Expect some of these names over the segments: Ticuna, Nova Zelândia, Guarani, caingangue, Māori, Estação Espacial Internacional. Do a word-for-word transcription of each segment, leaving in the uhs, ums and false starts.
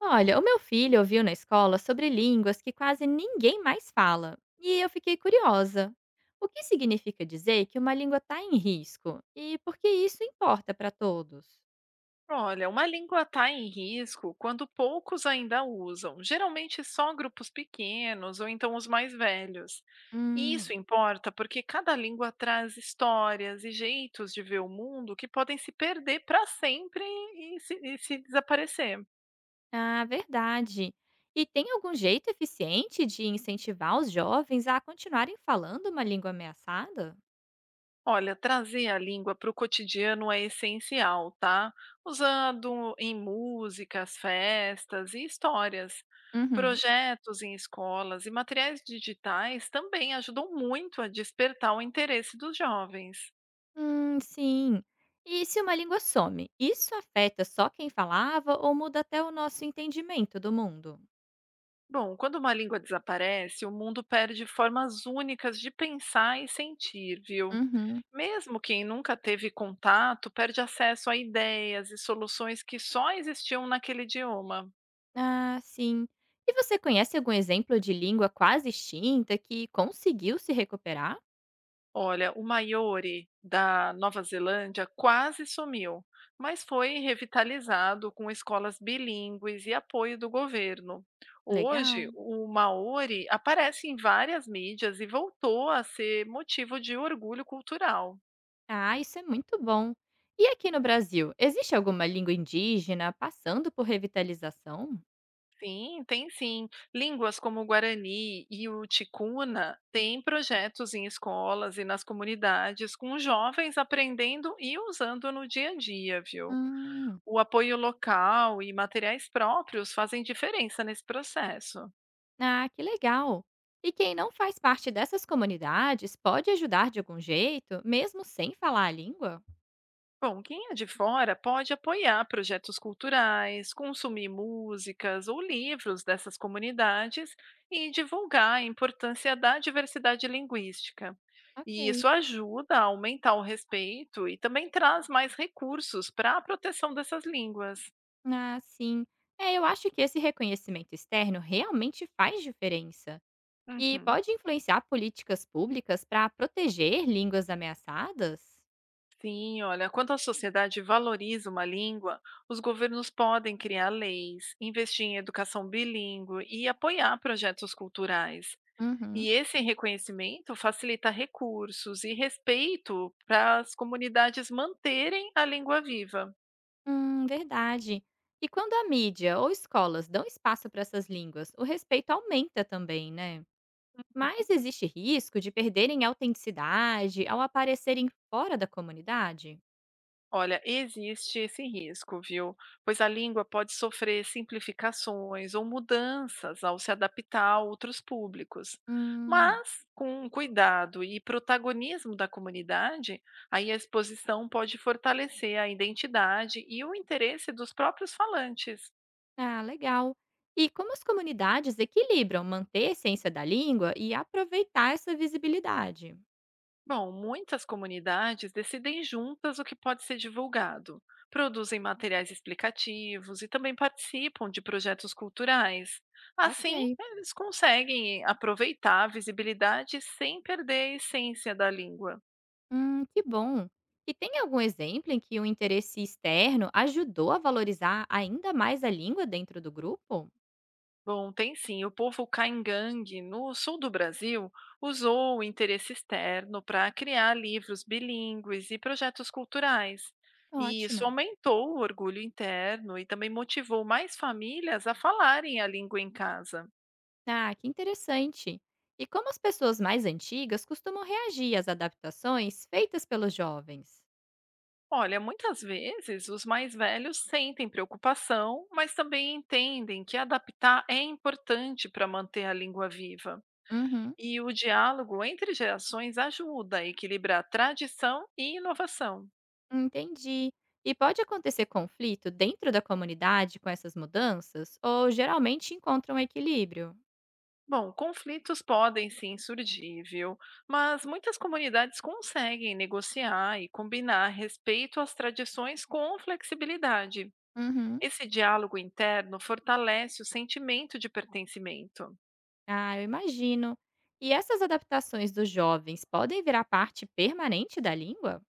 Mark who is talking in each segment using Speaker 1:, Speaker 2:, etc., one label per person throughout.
Speaker 1: Olha, o meu filho ouviu na escola sobre línguas que quase ninguém mais fala, e eu fiquei curiosa. O que significa dizer que uma língua está em risco? E por que isso importa para todos?
Speaker 2: Olha, uma língua está em risco quando poucos ainda usam, geralmente só grupos pequenos ou então os mais velhos. E isso
Speaker 1: Hum,
Speaker 2: importa porque cada língua traz histórias e jeitos de ver o mundo que podem se perder para sempre e se e se desaparecer.
Speaker 1: ah, verdade. E tem algum jeito eficiente de incentivar os jovens a continuarem falando uma língua ameaçada?
Speaker 2: Olha, trazer a língua para o cotidiano é essencial, tá? Usando em músicas, festas e histórias.
Speaker 1: Uhum.
Speaker 2: Projetos em escolas e materiais digitais também ajudam muito a despertar o interesse dos jovens.
Speaker 1: Hum, sim. E se uma língua some, isso afeta só quem falava ou muda até o nosso entendimento do mundo?
Speaker 2: Bom, quando uma língua desaparece, o mundo perde formas únicas de pensar e sentir, viu?
Speaker 1: Uhum.
Speaker 2: Mesmo quem nunca teve contato perde acesso a ideias e soluções que só existiam naquele idioma.
Speaker 1: Ah, sim. E você conhece algum exemplo de língua quase extinta que conseguiu se recuperar?
Speaker 2: Olha, o Māori da Nova Zelândia quase sumiu, mas foi revitalizado com escolas bilíngues e apoio do governo. Hoje,
Speaker 1: Legal.
Speaker 2: o Maori aparece em várias mídias e voltou a ser motivo de orgulho cultural.
Speaker 1: Ah, isso é muito bom. E aqui no Brasil, existe alguma língua indígena passando por revitalização?
Speaker 2: Sim, tem sim. Línguas como o Guarani e o Ticuna têm projetos em escolas e nas comunidades com jovens aprendendo e usando no dia a dia, viu?
Speaker 1: Hum.
Speaker 2: O apoio local e materiais próprios fazem diferença nesse processo.
Speaker 1: Ah, que legal. E quem não faz parte dessas comunidades pode ajudar de algum jeito, mesmo sem falar a língua?
Speaker 2: Bom, quem é de fora pode apoiar projetos culturais, consumir músicas ou livros dessas comunidades e divulgar a importância da diversidade linguística. E
Speaker 1: Ok.
Speaker 2: isso ajuda a aumentar o respeito e também traz mais recursos para a proteção dessas línguas.
Speaker 1: Ah, sim. É, eu acho que esse reconhecimento externo realmente faz diferença. E
Speaker 2: Uhum.
Speaker 1: pode influenciar políticas públicas para proteger línguas ameaçadas?
Speaker 2: Sim, olha, quando a sociedade valoriza uma língua, os governos podem criar leis, investir em educação bilíngue e apoiar projetos culturais.
Speaker 1: Uhum.
Speaker 2: E esse reconhecimento facilita recursos e respeito para as comunidades manterem a língua viva.
Speaker 1: Hum, verdade. E quando a mídia ou escolas dão espaço para essas línguas, o respeito aumenta também, né? Mas existe risco de perderem a autenticidade ao aparecerem fora da comunidade?
Speaker 2: Olha, existe esse risco, viu? Pois a língua pode sofrer simplificações ou mudanças ao se adaptar a outros públicos.
Speaker 1: Hum.
Speaker 2: Mas, com cuidado e protagonismo da comunidade, aí a exposição pode fortalecer a identidade e o interesse dos próprios falantes.
Speaker 1: Ah, legal. E como as comunidades equilibram manter a essência da língua e aproveitar essa visibilidade?
Speaker 2: Bom, muitas comunidades decidem juntas o que pode ser divulgado, produzem materiais explicativos e também participam de projetos culturais. Assim,
Speaker 1: Ok.
Speaker 2: eles conseguem aproveitar a visibilidade sem perder a essência da língua.
Speaker 1: Hum, que bom. E tem algum exemplo em que o interesse externo ajudou a valorizar ainda mais a língua dentro do grupo?
Speaker 2: Bom, tem sim. O povo caingangue, no sul do Brasil, usou o interesse externo para criar livros bilíngues e projetos culturais. E isso
Speaker 1: Ótimo.
Speaker 2: aumentou o orgulho interno e também motivou mais famílias a falarem a língua em casa.
Speaker 1: Ah, que interessante. E como as pessoas mais antigas costumam reagir às adaptações feitas pelos jovens?
Speaker 2: Olha, muitas vezes os mais velhos sentem preocupação, mas também entendem que adaptar é importante para manter a língua viva.
Speaker 1: Uhum,
Speaker 2: E o diálogo entre gerações ajuda a equilibrar tradição e inovação.
Speaker 1: entendi. E pode acontecer conflito dentro da comunidade com essas mudanças? Ou geralmente encontram equilíbrio?
Speaker 2: Bom, conflitos podem sim surgir, viu? Mas muitas comunidades conseguem negociar e combinar respeito às tradições com flexibilidade.
Speaker 1: Uhum.
Speaker 2: Esse diálogo interno fortalece o sentimento de pertencimento.
Speaker 1: Ah, eu imagino. E essas adaptações dos jovens podem virar parte permanente da língua?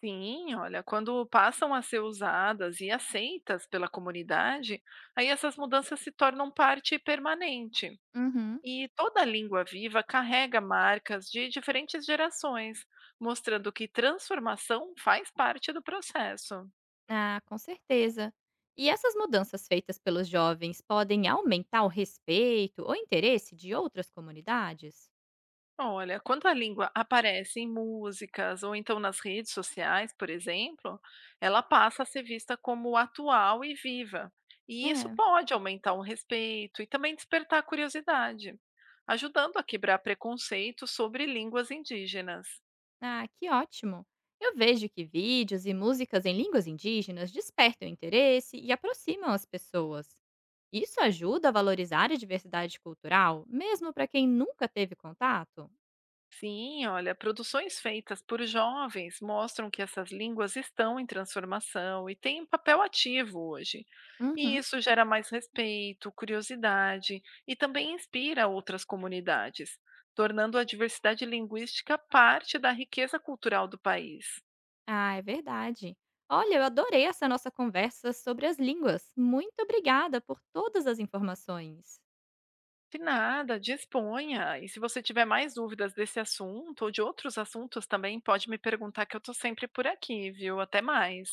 Speaker 2: Sim, olha, quando passam a ser usadas e aceitas pela comunidade, aí essas mudanças se tornam parte permanente.
Speaker 1: Uhum.
Speaker 2: E toda língua viva carrega marcas de diferentes gerações, mostrando que transformação faz parte do processo.
Speaker 1: Ah, com certeza. E essas mudanças feitas pelos jovens podem aumentar o respeito ou interesse de outras comunidades?
Speaker 2: Olha, quando a língua aparece em músicas ou então nas redes sociais, por exemplo, ela passa a ser vista como atual e viva. E isso
Speaker 1: É.
Speaker 2: pode aumentar o respeito e também despertar a curiosidade, ajudando a quebrar preconceitos sobre línguas indígenas.
Speaker 1: Ah, que ótimo. Eu vejo que vídeos e músicas em línguas indígenas despertam interesse e aproximam as pessoas. Isso ajuda a valorizar a diversidade cultural, mesmo para quem nunca teve contato?
Speaker 2: Sim, olha, produções feitas por jovens mostram que essas línguas estão em transformação e têm um papel ativo hoje. E
Speaker 1: Uhum.
Speaker 2: isso gera mais respeito, curiosidade e também inspira outras comunidades, tornando a diversidade linguística parte da riqueza cultural do país.
Speaker 1: Ah, é verdade. Olha, eu adorei essa nossa conversa sobre as línguas. Muito obrigada por todas as informações.
Speaker 2: De nada, disponha. E se você tiver mais dúvidas desse assunto ou de outros assuntos também, pode me perguntar que eu estou sempre por aqui, viu? Até mais.